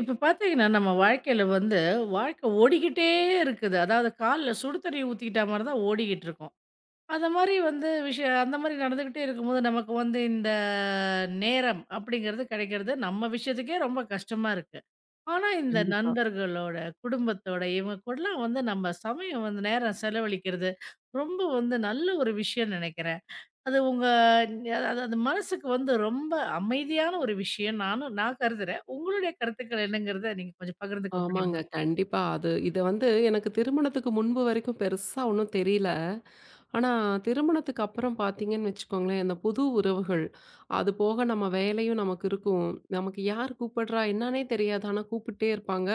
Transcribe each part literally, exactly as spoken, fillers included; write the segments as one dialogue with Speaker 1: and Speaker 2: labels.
Speaker 1: இப்போ பார்த்தீங்கன்னா, நம்ம வாழ்க்கையில வந்து, வாழ்க்கை ஓடிக்கிட்டே இருக்குது. அதாவது கால்ல சுடு தண்ணி ஊத்திக்கிட்டா மாரி தான் ஓடிக்கிட்டு இருக்கோம். அந்த மாரி வந்து விஷயம் அந்த மாரி நடந்துகிட்டே இருக்கும்போது, நமக்கு வந்து இந்த நேரம் அப்படிங்கிறது கிடைக்கிறது நம்ம விஷயத்துக்கே ரொம்ப கஷ்டமா இருக்கு. ஆனா இந்த
Speaker 2: கண்டிப்பா.
Speaker 1: நண்பர்களோட, குடும்பத்தோட இவங்க கூடலாம் வந்து நம்ம சமயம் வந்து நேரம் செலவழிக்கிறது, ரொம்ப வந்து நல்ல ஒரு விஷயம்னு நெனைக்கிறேன். அது உங்க அது அது மனசுக்கு வந்து ரொம்ப அமைதியான ஒரு விஷயம். நானும் நான் கருதுறேன். உங்களுடைய கருத்துக்கள் என்னங்கிறத நீங்க கொஞ்சம் பகிர்ந்துக்க
Speaker 2: ஆமாங்க.
Speaker 1: முடியுமா?
Speaker 2: கண்டிப்பா. அது இத வந்து எனக்கு திருமணத்துக்கு முன்பு வரைக்கும் பெருசா ஒண்ணும் தெரியல. ஆனா திருமணத்துக்கு அப்புறம் பார்த்தீங்கன்னு வச்சுக்கோங்களேன், இந்த புது உறவுகள், அது போக நம்ம வேலையும் நமக்கு இருக்கும். நமக்கு யார் கூப்பிடுறா என்னான்னே தெரியாது. ஆனா கூப்பிட்டே இருப்பாங்க.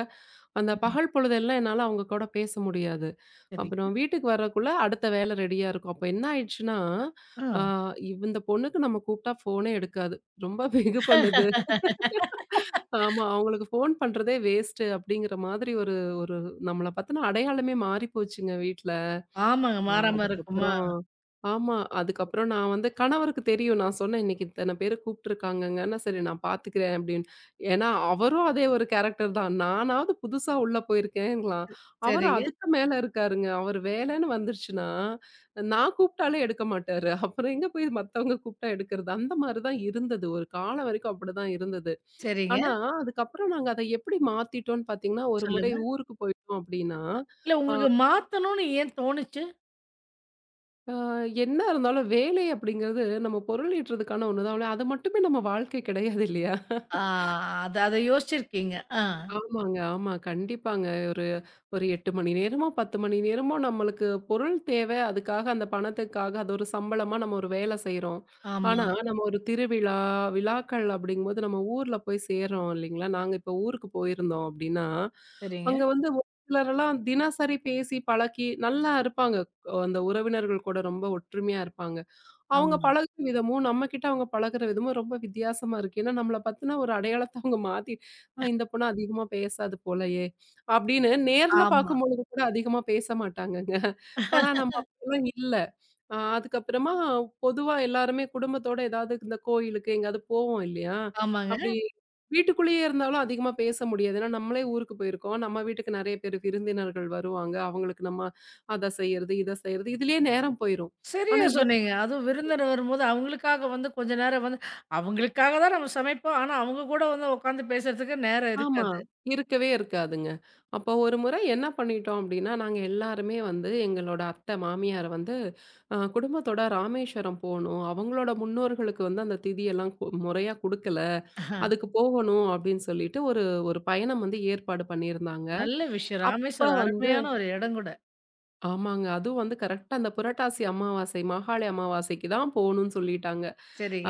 Speaker 2: அந்த
Speaker 1: ம்.
Speaker 2: பகல் பொழுதெல்லாம் என்னால அவங்க கூட பேச முடியாது.
Speaker 1: சரிங்க.
Speaker 2: அப்புறம் வீட்டுக்கு வரக்குள்ள அடுத்த வேலை ரெடியா இருக்கும். அப்ப என்ன ஆயிடுச்சுன்னா, ஆ
Speaker 1: ஆ.
Speaker 2: இவ் இந்த பொண்ணுக்கு நம்ம கூப்பிட்டா ஃபோனே எடுக்காது. ரொம்ப வெகு பண்ணுது. ஆமா. அவங்களுக்கு ஃபோன் பண்றதே வேஸ்ட்டு அப்படிங்கிற மாதிரி ஒரு ஒரு நம்மள பத்தின அடையாளமே மாறி போச்சுங்க வீட்ல.
Speaker 1: ஆமாங்க.
Speaker 2: ஆ
Speaker 1: மாறாம இருக்குமா?
Speaker 2: அதுக்கப்புறம் ஆமா. அதுக்கப்புறம் நான் வந்து கணவருக்கு தெரியும். நான் சொன்னேன், "இன்னைக்கு இத்தன பேரு கூப்பிட்டுருக்காங்கங்கன்னு." "சரி நான் பார்த்துக்கிறேன்" அப்படின்னு. ஏன்னா அவரும் அதே ஒரு கேரக்டர் தான். நானாவது புதுசா உள்ள போயிருக்கேன்லாம். அவரு
Speaker 1: சரிங்க,
Speaker 2: அதுக்கு மேல இருக்காருங்க. அவரு வேலைன்னு வந்துருச்சுன்னா, நான் கூப்பிட்டாலே எடுக்க மாட்டாரு. அப்புறம் எங்க போய் மத்தவங்க கூப்பிட்டா எடுக்கிறது? அந்த மாரி தான் இருந்தது. ஒரு காலம் வரைக்கும் அப்படிதான் இருந்தது.
Speaker 1: சரிங்க.
Speaker 2: ஆனா, அதுக்கப்புறம் நாங்க அத எப்படி மாத்திட்டோம்ன்னு பார்த்தீங்கன்னா, ஒரு முறை
Speaker 1: சொல்லுங்க.
Speaker 2: ஊருக்கு போயிட்டோம் அப்படின்னா,
Speaker 1: இல்ல உங்களுக்கு மாத்தணும்னு ஏன் தோணுச்சு?
Speaker 2: அ என்ன இருந்தாலும் வேலை அப்படிங்கிறது நம்ம பொருளீட்டுறதுக்கான ஒண்ணு தான். அது மட்டுமே நம்ம வாழ்க்கை கிடையாது இல்லையா?
Speaker 1: ஆ அத அத யோசிச்சிருக்கீங்க. ஆ.
Speaker 2: ஆமாங்க, ஆமா. கண்டிப்பாங்க. ஒரு ஒரு எட்டு மணி நேரமோ, பத்து மணி நேரமோ நம்மளுக்கு பொருள் தேவை. அதுக்காக அந்த பணத்துக்காக அது ஒரு சம்பளமா நம்ம ஒரு வேலை செய்றோம்.
Speaker 1: ஆமா.
Speaker 2: ஆனா, நம்ம ஒரு திருவிழா, விழாக்கள் அப்படிங்கும்போது நம்ம ஊர்ல போய் சேர்றோம் இல்லைங்களா? நாங்க இப்ப ஊருக்கு போயிருந்தோம் அப்படின்னா,
Speaker 1: சரிங்க.
Speaker 2: அங்க வந்து ஒரு சிலரெல்லாம் தினசரி பேசி பழக்கி நல்லா இருப்பாங்க. அஹ் அந்த உறவினர்கள் கூட ரொம்ப ஒற்றுமையா இருப்பாங்க. அவங்க
Speaker 1: ஆமா.
Speaker 2: பழகுற விதமும், நம்மகிட்ட அவங்க பழகுற விதமும் ரொம்ப வித்தியாசமா இருக்கு. ஏன்னா, நம்மள பத்தின ஒரு அடையாளத்த அவங்க மாத்தி, "ஆ இந்த பொண்ணு அதிகமா பேசாது போலயே" அப்படின்னு நேர்ல
Speaker 1: ஆமா.
Speaker 2: பார்க்கும்பொழுது கூட அதிகமா பேச மாட்டாங்கங்க. ஆனா, நம்ம அப்படிலாம் இல்ல. அ அதுக்கப்புறமா பொதுவா எல்லாருமே குடும்பத்தோட ஏதாவது இந்த கோயிலுக்கு எங்கேயாவது போவோம் இல்லையா?
Speaker 1: ஆமாங்க.
Speaker 2: அப்படி வீட்டுக்குள்ளேயே இருந்தாலும் அதிகமா பேச முடியாது. ஏன்னா, நம்மளே ஊருக்கு போயிருக்கோம். நம்ம வீட்டுக்கு நெறைய பேர் விருந்தினர்கள் வருவாங்க. அவங்களுக்கு நம்ம அத செய்யறது, இத செய்யறது, இதுலயே நேரம் போயிரும்.
Speaker 1: சரியா
Speaker 2: ஆனா
Speaker 1: சொன்னீங்க. அதுவும் விருந்தினர் வரும்போது அவங்களுக்காக வந்து கொஞ்ச நேரம் வந்து அவங்களுக்காக தான் நம்ம சமைப்போம். ஆனா அவங்க கூட வந்து உட்காந்து பேசுறதுக்கு நேரம்
Speaker 2: ஆமா.
Speaker 1: இருக்காது.
Speaker 2: இருக்கவே இருக்காதுங்க. அப்போ ஒரு முறை என்ன பண்ணிட்டோம் அப்டின்னா, நாங்க எல்லாருமே வந்து எங்களோட அத்தை, மாமியார் வந்து அ குடும்பத்தோட ராமேஸ்வரம் போணும். அவங்களோட முன்னோர்களுக்கு வந்து அந்த திதியெல்லாம் கு முறையா குடுக்கல. அதுக்கு போகணும் அப்டின்னு சொல்லிட்டு ஒரு ஒரு பயணம் வந்து ஏற்பாடு பண்ணியிருந்தாங்க.
Speaker 1: நல்ல விஷயம்.
Speaker 2: அப்ப
Speaker 1: ராமேஸ்வரம்
Speaker 2: வந்து
Speaker 1: அருமையான ஒரு இடம் கூட.
Speaker 2: ஆமாங்க. அதுவும் வந்து கரெக்ட்டா அந்த புரட்டாசி அமாவாசை, மாகாளி அமாவாசைக்கு தான் போணும்னு சொல்லிட்டாங்க.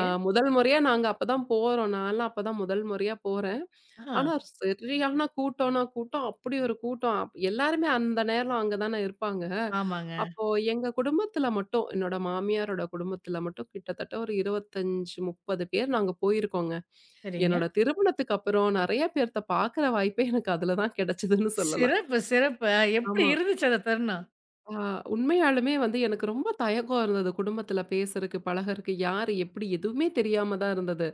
Speaker 2: அ முதல் முறையா நாங்க அப்பதான் போறோம். நான்லாம் அப்பதான் முதல் முறையா போறேன்.
Speaker 1: ஆஹா,
Speaker 2: ஆனா, சரியான கூட்டம்னா கூட்டம். அப்படி ஒரு கூட்டம். அப் எல்லாருமே அந்த நேரம் அங்க தானே இருப்பாங்க.
Speaker 1: ஆமாங்க.
Speaker 2: அப்போ எங்க குடும்பத்துல மட்டும், என்னோட மாமியாரோட குடும்பத்துல மட்டும் கிட்டத்தட்ட ஒரு இருபத்தி ஐந்து, முப்பது பேர் நாங்க போயிருக்கோங்க.
Speaker 1: சரிங்க.
Speaker 2: என்னோட திருமணத்துக்கு அப்புறம் நெறைய பேர்த்த பாக்குற வாய்ப்பே எனக்கு அதுல தான் கிடைச்சதுன்னு சொல்லலாம்.
Speaker 1: சிறப்பு, சிறப்பு. அ எப்படி
Speaker 2: ஆமா.
Speaker 1: இருந்துச்சு அந்த தருணம்?
Speaker 2: ஆ, உண்மையாலுமே வந்து எனக்கு ரொம்ப தயக்கம் இருந்தது குடும்பத்துல பேசுறதுக்கு, பழகுறதுக்கு, யாரு எப்படி எதுவுமே தெரியாம தான் இருந்தது.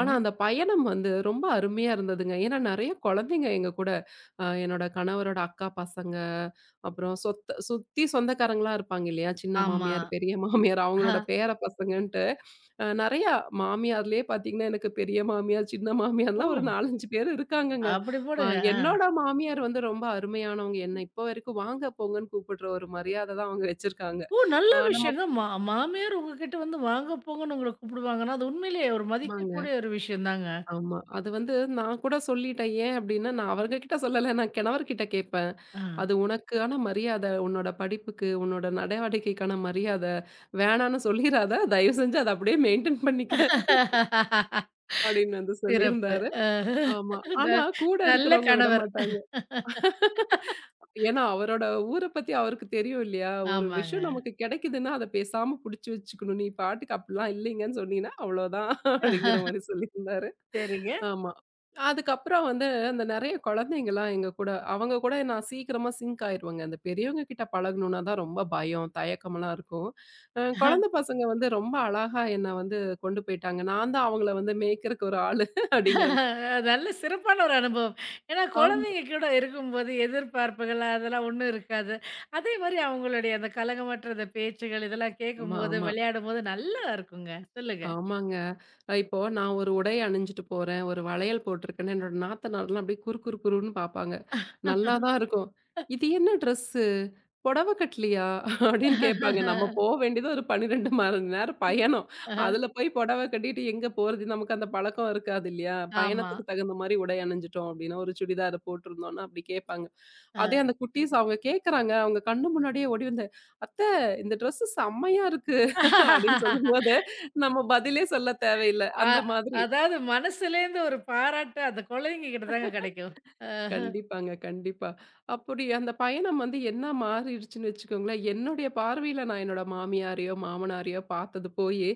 Speaker 2: ஆனா அந்த பயணம் வந்து ரொம்ப அருமையா இருந்ததுங்க. ஏன்னா நெறைய குழந்தைங்க எங்க கூட அ என்னோட கணவரோட அக்கா பசங்க, அப்புறம் சொத்த சுத்தி சொந்தக்காரங்களா இருப்பாங்க இல்லையா? சின்ன
Speaker 1: ஆமா.
Speaker 2: மாமியார், பெரிய மாமியார் அவங்களோட
Speaker 1: ஆ.
Speaker 2: பேர பசங்கன்ட்டு அ நெறையா மாமியார்லயே பார்த்தீங்கன்னா, எனக்கு பெரிய மாமியார், சின்ன
Speaker 1: ஓ!
Speaker 2: மாமியார்லாம் ஒரு நான்கு, ஐந்து பேர் இருக்காங்கங்க.
Speaker 1: அப்படி
Speaker 2: ஆ
Speaker 1: போடுங்க. ஆ.
Speaker 2: என்னோட மாமியார் வந்து ரொம்ப அருமையானவங்க. என்ன இப்போ வரைக்கும் வாங்க, போங்கன்னு கூப்பிடுற ஒரு மரியாதை தான் அவங்க வச்சிருக்காங்க.
Speaker 1: ஓ! நல்ல
Speaker 2: ஆ நம்ம
Speaker 1: விஷயங்க. மா மாமியார் உங்ககிட்ட வந்து வாங்க போங்கன்னு உங்கள கூப்பிடுவாங்கன்னா, அது உண்மையிலேயே ஒரு
Speaker 2: ஆமாங்க.
Speaker 1: மதிக்கக்கூடிய ஒரு விஷயம் தாங்க.
Speaker 2: ஆமா. அது வந்து நான் கூட சொல்லிட்டேன். ஏன் அப்டின்னா, நான் அவங்ககிட்ட சொல்லல. நான் கணவர்கிட்ட கேட்பேன்.
Speaker 1: ஆ.
Speaker 2: அது உனக்கான மரியாதை. உன்னோட படிப்புக்கு, உன்னோட நடவடிக்கைக்கான மரியாதை. வேணான்னு சொல்லிராத. தயவு செஞ்சு அத அப்படியே மெயின்டெயின் பண்ணிக்க. அப்படின்னு வந்து
Speaker 1: சிறப்பு.
Speaker 2: சொல்லியிருந்தாரு.
Speaker 1: அ.
Speaker 2: ஆமா.
Speaker 1: ந
Speaker 2: ஆனா கூட
Speaker 1: நல்ல
Speaker 2: இருக்கிறவங்க
Speaker 1: கணவர்.
Speaker 2: விடமாட்டாங்க. ஏன்னா, அவரோட ஊர பத்தி அவருக்கு தெரியும் இல்லையா? ஒரு விஷயம்
Speaker 1: ஆமாங்க.
Speaker 2: நமக்கு கிடைக்குதுன்னா, அத பேசாம புடிச்சு வச்சுக்கணும். நீ பாட்டுக்கு அப்படிலாம் இல்லைங்கன்னு சொன்னீன்னா, அவ்வளோதான் அப்படிங்கிற மாரி சொல்லியிருந்தாரு.
Speaker 1: சரிங்க.
Speaker 2: ஆமா. அதுக்கப்புறம் வந்து அந்த நெறைய குழந்தைங்கலாம் எங்க கூட அவங்க கூட நான் சீக்கிரமா சிங்க் ஆயிருவேங்க. அந்த பெரியவங்க கிட்ட பழகணும்னா தான் ரொம்ப பயம், தயக்கம்லாம் இருக்கும். அ குழந்த பசங்க வந்து ரொம்ப அழகா என்ன வந்து கொண்டு போயிட்டாங்க. நான் தான் அவங்கள வந்து மேய்க்கிறக்கு ஒரு ஆளு அப்படிங்கிற மாதிரி.
Speaker 1: நல்ல சிறப்பான ஒரு அனுபவம். ஏன்னா
Speaker 2: ஆமா,
Speaker 1: குழந்தைங்க கூட இருக்கும்போது எதிர்பார்ப்புகள் அதெல்லாம் ஒண்ணும் இருக்காது. அதே மாரி அவங்களுடைய அந்த கலகமற்ற அந்த பேச்சுகள் இதெல்லாம்
Speaker 2: ஆமா,
Speaker 1: கேட்கும்போது,
Speaker 2: ஆமா.
Speaker 1: விளையாடும்போது நல்லா இருக்குங்க. சொல்லுங்க.
Speaker 2: ஆமாங்க. அ இப்போ நான் ஒரு உடை அணிஞ்சுட்டு போறேன், ஒரு வளையல் போட்டிருக்கேன்னு என்னோட நாத்தனார்லாம் அப்படியே குறு குறு குறுன்னு பார்ப்பாங்க. நல்லா தான் இருக்கும். "இது என்ன ட்ரெஸ்ஸு? புடவ கட்டலையா?" அப்படின்னு கேட்பாங்க. நம்ம போ வேண்டியது ஒரு பன்னிரண்டு மணி நேரம் பயணம்.
Speaker 1: அ
Speaker 2: அதுல போய் புடவ கட்டிட்டு எங்க போறது? நமக்கு அந்த பழக்கம் இருக்காது இல்லையா?
Speaker 1: ஆமா.
Speaker 2: பயணத்துக்கு தகுந்த மாரி உடை அணிஞ்சுட்டோம் அப்படின்னா, ஒரு சுடிதார் போட்டிருந்தோம்னா அப்படி கேட்பாங்க. அதே
Speaker 1: அ.
Speaker 2: அந்த குட்டீஸ் அவங்க கேட்கறாங்க. அவங்க கண்ணு முன்னாடியே ஓடி வந்து, "அத்த இந்த ட்ரெஸ்ஸு செம்மையா இருக்கு" அப்படின்னு சொல்லும்போது, நம்ம பதிலே சொல்ல தேவையில்ல.
Speaker 1: அ
Speaker 2: அந்த மாதிரி.
Speaker 1: அதாவது மனசுலேருந்து ஒரு பாராட்டு அந்த குழந்தைங்க கிட்ட தாங்க கிடைக்கும். அ.
Speaker 2: கண்டிப்பாங்க, கண்டிப்பா. அப்படி அந்த பயணம் வந்து என்ன மாறிடுச்சுன்னு வச்சுக்கோங்களேன், என்னுடைய பார்வையில நான் என்னோட மாமியாரையோ, மாமனாரையோ பார்த்தது போயி,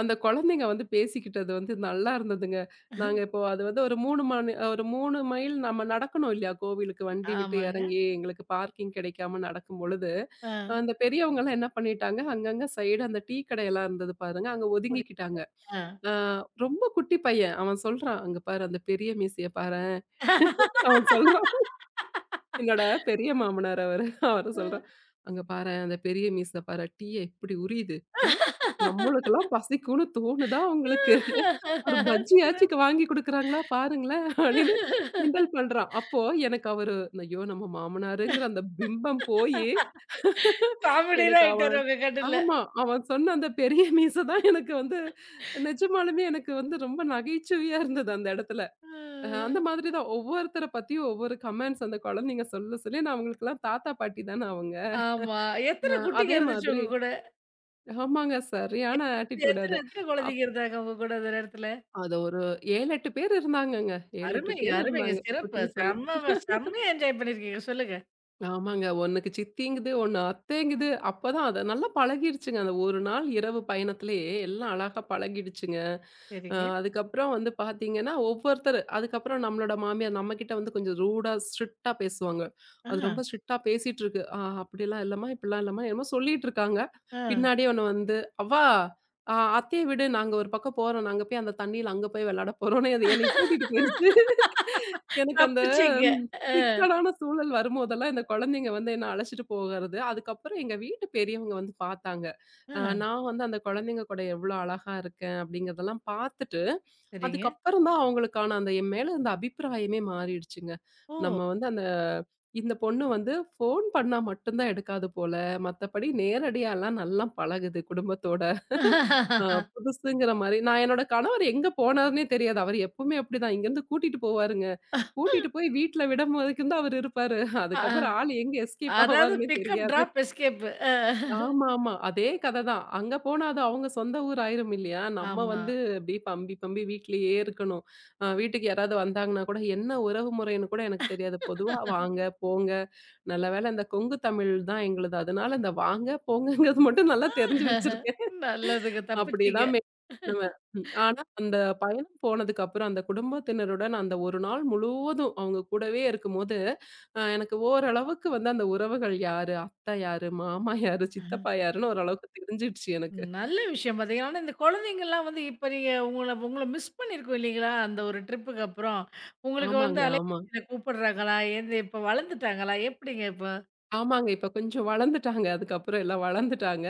Speaker 2: அந்த குழந்தைங்க வந்து பேசிக்கிட்டது வந்து நல்லா இருந்ததுங்க. நாங்க இப்போ அது வந்து ஒரு மூணு மணி ஒரு மூணு மைல் நம்ம நடக்கணும் இல்லையா? கோவிலுக்கு வண்டி விட்டு
Speaker 1: ஆமாங்க.
Speaker 2: இறங்கி எங்களுக்கு பார்க்கிங் கிடைக்காம நடக்கும் பொழுது,
Speaker 1: அ.
Speaker 2: அந்த பெரியவங்கலாம் என்ன பண்ணிட்டாங்க, அங்கங்க சைடு அந்த டீ கடையெல்லாம் இருந்தது பாருங்க, அங்க
Speaker 1: புரியுது.
Speaker 2: ஒதுங்கிக்கிட்டாங்க.
Speaker 1: அ.
Speaker 2: ஆ ரொம்ப குட்டி பையன். அவன் சொல்றான், "அங்க பாரு அந்த பெரிய மீசைய பாரேன்." அவன் சொல்றான். என்னோட பெரிய மாமனார் அவரு. அவர சொல்றேன். "அங்க பாரேன் அந்த பெரிய மீச பாரேன். டீய எப்படி உரியுது. அ நம்மளுக்கெல்லாம் பசிக்கும்னு தோணுதா உங்களுக்கு? ஒரு
Speaker 1: சிறப்பு.
Speaker 2: பஜ்ஜியாச்சுக்கு வாங்கி குடுக்குறாங்களா பாருங்களேன்" அப்படின்னு கிண்டல் பண்றான். அப்போ எனக்கு அவரு ஐயோ! நம்ம மாமனாருங்கிற அந்த பிம்பம் போயி
Speaker 1: காமெடிலாம்
Speaker 2: எனக்கு அவன்
Speaker 1: ஆயிட்டாரு உங்க
Speaker 2: ஆமா. அவன் சொன்ன அந்த பெரிய மீச தான் எனக்கு வந்து நிஜமாலுமே எனக்கு வந்து ரொம்ப நகைச்சுவையா இருந்தது அந்த இடத்துல. அ
Speaker 1: கண்ணுல.
Speaker 2: அந்த மாதிரி தான் ஒவ்வொருத்தர பத்தியும் ஒவ்வொரு கமெண்ட்ஸ் அந்த குழந்தைங்க சொல்ல சொல்ல நான் அவங்களுக்கெல்லாம் தாத்தா, பாட்டி தானே அவங்க.
Speaker 1: ஆமா.
Speaker 2: அ
Speaker 1: எத்தன குட்டிங்க
Speaker 2: அதே
Speaker 1: இருந்துச்சு
Speaker 2: மாதிரி
Speaker 1: உங்க கூட?
Speaker 2: ஆமாங்க. சரியான ஆட்டிட்யூட்
Speaker 1: எத்தன
Speaker 2: அது.
Speaker 1: எத்தன
Speaker 2: அப்
Speaker 1: குழந்தைங்க இருந்தாங்க உங்க கூட அந்த நேரத்துல?
Speaker 2: அது ஒரு ஏழு, எட்டு பேர் இருந்தாங்கங்க. ஏழு, எட்டு
Speaker 1: அருமைங்க,
Speaker 2: பேர்
Speaker 1: அருமைங்க.
Speaker 2: இருந்தாங்க
Speaker 1: சிறப்பு.
Speaker 2: குட்டீஸ் எல்லாம்.
Speaker 1: செம்ம செம்மையா என்ஜாய் பண்ணியிருக்கீங்க. சொல்லுங்க.
Speaker 2: ஆமாங்க. ஒண்ணுக்கு சித்திங்குது, ஒண்ணு அத்தைங்குது. அப்பதான் அது நல்லா பழகிருச்சுங்க. அந்த ஒரு நாள் இரவு பயணத்திலேயே எல்லாம் அழகா பழகிடுச்சுங்க. அ
Speaker 1: சரிங்க.
Speaker 2: அதுக்கப்புறம் வந்து பார்த்தீங்கன்னா, ஒவ்வொருத்தரு அதுக்கப்புறம் நம்மளோட மாமியார் நம்மகிட்ட வந்து கொஞ்சம் ரூடா, ஸ்ட்ரிக்ட்டா பேசுவாங்க.
Speaker 1: ஆ,
Speaker 2: அது ரொம்ப ஸ்ட்ரிக்ட்டா பேசிட்டுருக்கு. "ஆ அப்படிலாம் இல்லம்மா, இப்படிலாம் இல்லம்மா" என்னமோ சொல்லிட்டுருக்காங்க.
Speaker 1: ஆ.
Speaker 2: பின்னாடியே ஒண்ணு வந்து, "அவ்வா, அ அத்தைய விடு. நாங்க ஒரு பக்கம் போறோம். நாங்க போய் அந்த தண்ணீல அங்க போய் விளையாட போறோம்னு" அது என்னைய கூட்டிட்டு போயிருச்சு. எனக்கு அந்த
Speaker 1: தப்பிச்சீங்க. ஆ.
Speaker 2: சிக்கலான சூழல் வரும்போதெல்லாம், இந்த குழந்தைங்க வந்து என்ன அழைச்சிட்டு போகறது. அதுக்கப்புறம் எங்க வீட்டு பெரியவங்க வந்து பார்த்தாங்க. அ
Speaker 1: ஆ.
Speaker 2: நான் வந்து அந்த குழந்தைங்க கூட எவ்வளோ அழகா இருக்கேன் அப்படிங்கிறதெல்லாம் பார்த்துட்டு,
Speaker 1: சரிங்க.
Speaker 2: அதுக்கப்புறம் தான் அவங்களுக்கான அந்த என் மேல இருந்த அபிப்பிராயமே மாறிடுச்சுங்க. நம்ம
Speaker 1: ஓ!
Speaker 2: வந்து அந்த இந்த பொண்ணு வந்து ஃபோன் பண்ணா மட்டும் தான் எடுக்காது போல. மத்தபடி நேரடியாலாம் நல்லா பழகுது குடும்பத்தோட. அ
Speaker 1: அ.
Speaker 2: புதுசுங்கிற மாரி நான் என்னோட கணவர் எங்க போனாருன்னே தெரியாது. அவர் எப்பவுமே அப்படிதான். இங்கேருந்து கூட்டிட்டு போவாருங்க. கூட்டிட்டு போய் வீட்ல விடும்போதுக்கும் தான் அவரு இருப்பாரு.
Speaker 1: அ
Speaker 2: அதுக்கப்புறம் ஆள் எங்க எஸ்கேப்
Speaker 1: அதாவது
Speaker 2: ஆவாருன்னே
Speaker 1: பிக்கப்,
Speaker 2: தெரியாது.
Speaker 1: Drop, escape. ஆ.
Speaker 2: ஆமாமா. அதே கத தான். அங்க போனா அது அவங்க சொந்த ஊர் ஆயிரும் இல்லையா? நம்ம
Speaker 1: ஆமா.
Speaker 2: வந்து அப்படியே பம்பி, பம்பி வீட்லயே இருக்கணும். அ வீட்டுக்கு யாராவது வந்தாங்கன்னா கூட, என்ன உறவு முறைன்னு கூட எனக்கு தெரியாது. பொதுவா வாங்க, போங்க. நல்ல வேளை இந்த கொங்கு தமிழ் தான் எங்களுது. அதனால இந்த வாங்க, போங்கங்கிறது மட்டும் நல்லா தெரிஞ்சு வச்சிருக்கேன்.
Speaker 1: நல்லதுங்க. தப்பிச்சீங்க.
Speaker 2: அப்படிதான் மெ பண்ணுவேன். ம். ஆனா அந்த பயணம் போனதுக்கு அப்புறம் அந்த குடும்பத்தினருடன் அந்த ஒரு நாள் முழுவதும் அவங்க கூடவே இருக்கும்போது அ எனக்கு ஓரளவுக்கு வந்து அந்த உறவுகள் யாரு, அத்தை யாரு, மாமா யாரு, சித்தப்பா யாருன்னு ஓரளவுக்கு தெரிஞ்சிடுச்சு எனக்கு.
Speaker 1: ம். நல்ல விஷயம் பார்த்தீங்கன்னா, ஆனா இந்த குழந்தைங்கலாம் வந்து இப்ப நீங்க உங்கள உங்கள மிஸ் பண்ணியிருக்கும் இல்லைங்களா? அந்த ஒரு ட்ரிப்புக்கு அப்புறம். உங்களுக்கு வந்து
Speaker 2: ஆமாங்க, ஆமா.
Speaker 1: அலைபேசியில கூப்பிடுறாங்களா? எந்த இப்ப வளர்ந்துட்டாங்களா? எப்படிங்க இப்போ?
Speaker 2: ஆமாங்க. இப்ப கொஞ்சம் வளர்ந்துட்டாங்க. அதுக்கப்புறம் எல்லாம் வளர்ந்துட்டாங்க.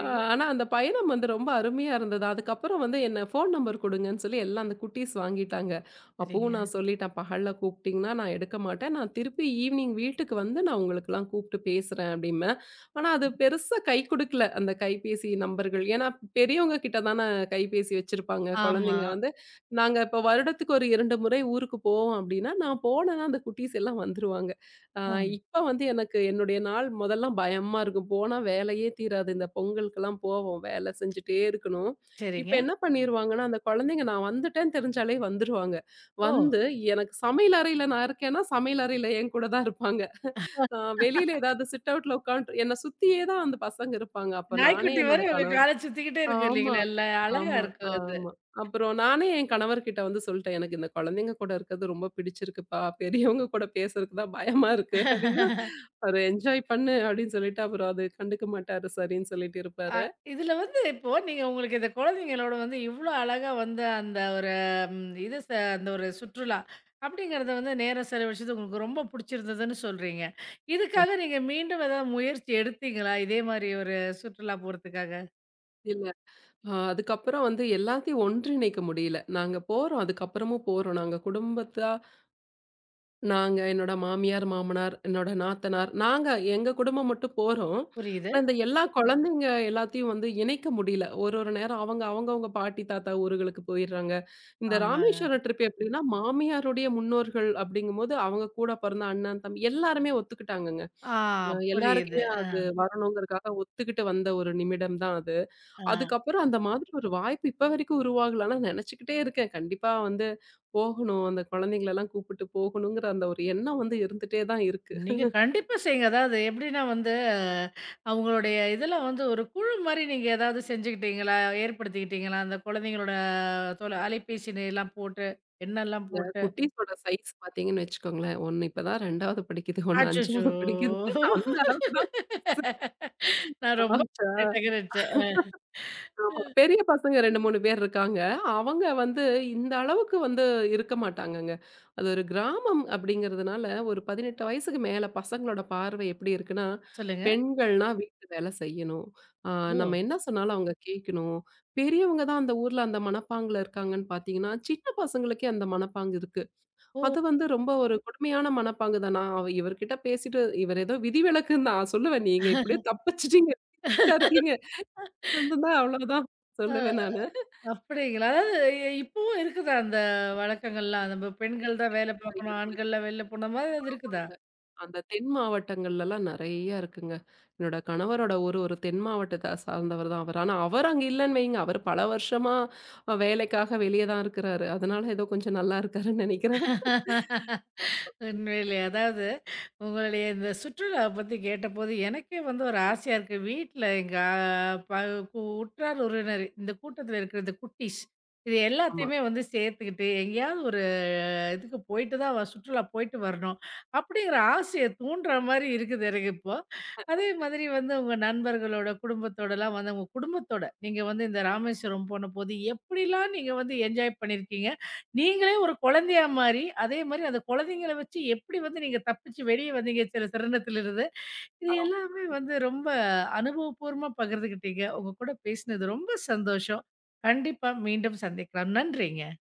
Speaker 2: அ ஆனா அந்த பயணம் வந்து ரொம்ப அருமையா இருந்தது. அதுக்கப்புறம் வந்து என்ன ஃபோன் நம்பர் குடுங்கன்னு சொல்லி எல்லாம் அந்த குட்டீஸ் வாங்கிட்டாங்க. அப்பவும்
Speaker 1: சரிங்க.
Speaker 2: நான் சொல்லிட்டேன், "பகல்ல கூப்பிட்டீங்கன்னா நான் எடுக்க மாட்டேன். நான் திருப்பி ஈவ்னிங் வீட்டுக்கு வந்து நான் உங்களுக்கெல்லாம் கூப்பிட்டு பேசுறேன்" அப்படிம்பேன். ஆனா அது பெருசா கை குடுக்கல அந்த கைபேசி நம்பர்கள். ஏன்னா பெரியவங்க கிட்ட தான கைபேசி வச்சிருப்பாங்க.
Speaker 1: ஆமா.
Speaker 2: குழந்தைங்க வந்து நாங்க இப்போ வருடத்துக்கு ஒரு இரண்டு முறை ஊருக்கு போவோம் அப்படின்னா, நான் போனேன்னா அந்த குட்டீஸ் எல்லாம் வந்துருவாங்க. ஆ,
Speaker 1: ஆ.
Speaker 2: இப்ப வந்து எனக்கு என்னுடைய நாள் முதல்லாம் பயமா இருக்கும். போனா வேலையே தீராது. இந்த பொங்கலுக்கெல்லாம் போவோம். வேலை செஞ்சுட்டே இருக்கணும். இப்ப
Speaker 1: சரிங்க.
Speaker 2: என்ன பண்ணிருவாங்கன்னா, அந்த குழந்தைங்க நான் வந்துட்டேன்னு தெரிஞ்சாலே வந்துருவாங்க.
Speaker 1: ஓ!
Speaker 2: வந்து எனக்கு சமையல் அறையில நான் இருக்கேன்னா, சமையல் அறையில என் கூட தான் இருப்பாங்க. அ வெளியில ஏதாவது சிட் அவுட்ல உட்காந்துட்டு என்ன சுத்தியே தான் அந்த பசங்க இருப்பாங்க. அப்ப நானே
Speaker 1: நாய்க்குட்டி வேற
Speaker 2: என்னோட
Speaker 1: உங்க
Speaker 2: கணவர்
Speaker 1: கால சுத்திக்கிட்டே இருக்கு
Speaker 2: ஆமா,
Speaker 1: இல்லைங்களா? இல்ல அழகா
Speaker 2: ஆமா,
Speaker 1: இருக்கும்
Speaker 2: ஆமா. அப்புறம் நானே என் கணவர்கிட்ட வந்து சொல்ட்டேன். எனக்கு இந்த குழந்தைங்க கூட இருக்கிறது ரொம்ப பிடிச்சிருக்குப்பா. பெரியவங்க கூட பேசுறதுக்கு தான் பயமா இருக்கு அப்படின்னா,
Speaker 1: அது.
Speaker 2: "ஒரு என்ஜாய் பண்ணு" அப்படின்னு சொல்லிட்டு அவரு அது கண்டுக்க மாட்டாரு. சரின்னு சொல்லிட்டு
Speaker 1: அ
Speaker 2: இருப்பாரு.
Speaker 1: இதுல வந்து இப்போ நீங்க உங்களுக்கு இந்த குழந்தைங்களோட வந்து இவ்ளோ அழகா வந்து அந்த ஒரு ம் இது ச அந்த ஒரு சுற்றுலா அப்படிங்கிறத வந்து நேரம் செலவழிச்சது உங்களுக்கு ரொம்ப புடிச்சிருந்ததுன்னு சொல்றீங்க.
Speaker 2: அம்
Speaker 1: இதுக்காக நீங்க மீண்டும் ஏதாவது முயற்சி எடுத்தீங்களா? இதே மாரி ஒரு சுற்றுலா போறதுக்காக?
Speaker 2: இல்ல. அ அதுக்கப்புறம் வந்து எல்லாத்தையும் ஒன்றிணைக்க முடியல. நாங்க போறோம். அதுக்கப்புறமும் போறோம். நாங்க குடும்பத்தா நாங்க, என்னோட மாமியார், மாமனார், என்னோட நாத்தனார், நாங்க எங்க குடும்பம் மட்டும் போறோம்.
Speaker 1: புரியுது.
Speaker 2: ஆனா, இந்த எல்லா குழந்தைங்க எல்லாத்தையும் வந்து இணைக்க முடியல. ஒரு ஒரு நேரம் அவங்க அவங்கவங்க பாட்டி, தாத்தா ஊர்களுக்கு போயிடுறாங்க. இந்த
Speaker 1: ஆமாங்க.
Speaker 2: ராமேஸ்வரம் ட்ரிப் எப்படின்னா, மாமியாருடைய முன்னோர்கள் அப்படிங்கும்போது, அவங்க கூட பிறந்த அண்ணன், தம்பி எல்லாருமே ஒத்துக்கிட்டாங்கங்க.
Speaker 1: ஆ
Speaker 2: அ
Speaker 1: புரியுது.
Speaker 2: எல்லாருக்குமே
Speaker 1: அ,
Speaker 2: அது வரணுங்கிறதுக்காக ஒத்துக்கிட்டு வந்த ஒரு நிமிடம் தான் அது.
Speaker 1: ஆ.
Speaker 2: அதுக்கப்புறம் அந்த மாதிரி ஒரு வாய்ப்பு இப்ப வரைக்கும் உருவாகல. ஆனா நெனச்சுக்கிட்டே இருக்கேன். கண்டிப்பா வந்து போகணும். அந்த குழந்தைங்களலாம் கூப்பிட்டு போகணுங்கிற அந்த ஒரு எண்ணம் வந்து இருந்துட்டே தான் இருக்கு.
Speaker 1: நீங்க கண்டிப்பா செய்யுங்க. அதாவது எப்படின்னா வந்து, அஹ், அவங்களுடைய இதில வந்து ஒரு குழு மாரி நீங்க ஏதாவது செஞ்சுக்கிட்டீங்களா? ஏற்படுத்திக்கிட்டீங்களா? அந்த குழந்தைங்களோட தொல அலைபேசி எல்லாம் போட்டு, எண்ணெல்லாம்
Speaker 2: இந்த
Speaker 1: போட்டு.
Speaker 2: குட்டீஸோட சைஸ் பார்த்தீங்கன்னு வச்சுக்கோங்களேன். ஒண்ணு இப்ப தான் ரெண்டாவது படிக்குது. ஒண்ணு
Speaker 1: அச்சச்சோ!
Speaker 2: அஞ்சாவது படிக்குது. அந்த
Speaker 1: நான் ரொம்ப
Speaker 2: அளவுக்கு தான்
Speaker 1: நெட்டகரிச்சேன்.
Speaker 2: ஆமா. பெரிய பசங்க ரெண்டு, மூணு பேர் இருக்காங்க. அவங்க வந்து இந்த அளவுக்கு வந்து இருக்க மாட்டாங்கங்க. அது ஒரு கிராமம் அப்படிங்கிறதுனால, ஒரு பதினெட்டு வயசுக்கு மேல பசங்களோட பார்வை எப்படி இருக்குன்னா,
Speaker 1: சொல்லுங்க.
Speaker 2: பெண்கள்னா வீட்டு வேலை செய்யணும். ஆ நம்ம
Speaker 1: ஓ!
Speaker 2: என்ன சொன்னாலும் அவங்க கேட்கணும். பெரியவங்க தான் அந்த ஊர்ல அந்த மனப்பாங்குல இருக்காங்கன்னு பார்த்தீங்கன்னா, சின்ன பசங்களுக்கே அந்த மனப்பாங்கு இருக்கு.
Speaker 1: ஓ!
Speaker 2: அது வந்து ரொம்ப ஒரு கொடுமையான மனப்பாங்கு தான். நான் அவ இவர்கிட்ட பேசிட்டு, இவர் ஏதோ விதிவிலக்குன்னு நான் சொல்லுவேன். நீங்க இப்படியே தப்பிச்சுட்டீங்க. இருக்கீங்க அதுதான் அவ்வளவுதான்
Speaker 1: அ
Speaker 2: சொல்லுவேன் நானு.
Speaker 1: அப்படிங்களா? அதாவது இ இப்பவும் இருக்குதா அந்த வழக்கங்கள்லாம்? நம்ம பெண்கள் தான் வேலை பார்க்கணும்,
Speaker 2: இருக்கு.
Speaker 1: ஆண்கள்லாம் வெளில போன மாதிரி அது இருக்குதா?
Speaker 2: அந்த தென் மாவட்டங்கள்லலாம் நெறைய இருக்குங்க. என்னோட கணவரோட ஊரு ஒரு தென் மாவட்டத்த சார்ந்தவர் தான் அவர். ஆனா அவர் அங்க இல்லன்னு வைங்க. அவர் பல வருஷமா அஹ், வேலைக்காக வெளிய தான் இருக்கிறாரு. அதனால ஏதோ கொஞ்சம் நல்லா இருக்காருன்னு நெனைக்கிறேன்.
Speaker 1: உண்மையிலே. அதாவது உங்களுடைய இந்த சுற்றுலா பத்தி கேட்டபோது, எனக்கே வந்து ஒரு ஆசையா இருக்கு. வீட்ல எங்க அ ப கு உற்றார் உறவினர் இந்த கூட்டத்துல இருக்கிற இந்த குட்டீஸ், இது
Speaker 2: ஆமா.
Speaker 1: எல்லாத்தையுமே வந்து சேர்த்துக்கிட்டு, எங்கேயாவது ஒரு இதுக்கு போயிட்டு தான் வ சுற்றுலா போயிட்டு வரணும். அப்படிங்கிற ஆசைய தூண்டுற மாரி இருக்குது எனக்கு இப்போ. அதே மாதிரி வந்து உங்க நண்பர்களோட, குடும்பத்தோடலாம் வந்து உங்க குடும்பத்தோட, நீங்க வந்து இந்த ராமேஸ்வரம் போனபோது எப்படிலாம் நீங்க வந்து என்ஜாய் பண்ணியிருக்கீங்க? நீங்களே ஒரு குழந்தையா மாறி, அதே மாரி அந்த குழந்தைங்கள வச்சு எப்படி வந்து நீங்க தப்பிச்சு வெளிய வந்தீங்க சில சிரமத்திலிருந்து? இது
Speaker 2: ஆமாங்க.
Speaker 1: எல்லாமே வந்து ரொம்ப அனுபவப்பூர்வமா பகிர்ந்துக்கிட்டீங்க. உங்க கூட பேசினது ரொம்ப சந்தோஷம். கண்டிப்பா மீண்டும் சந்திக்கலாம். நன்றிங்க.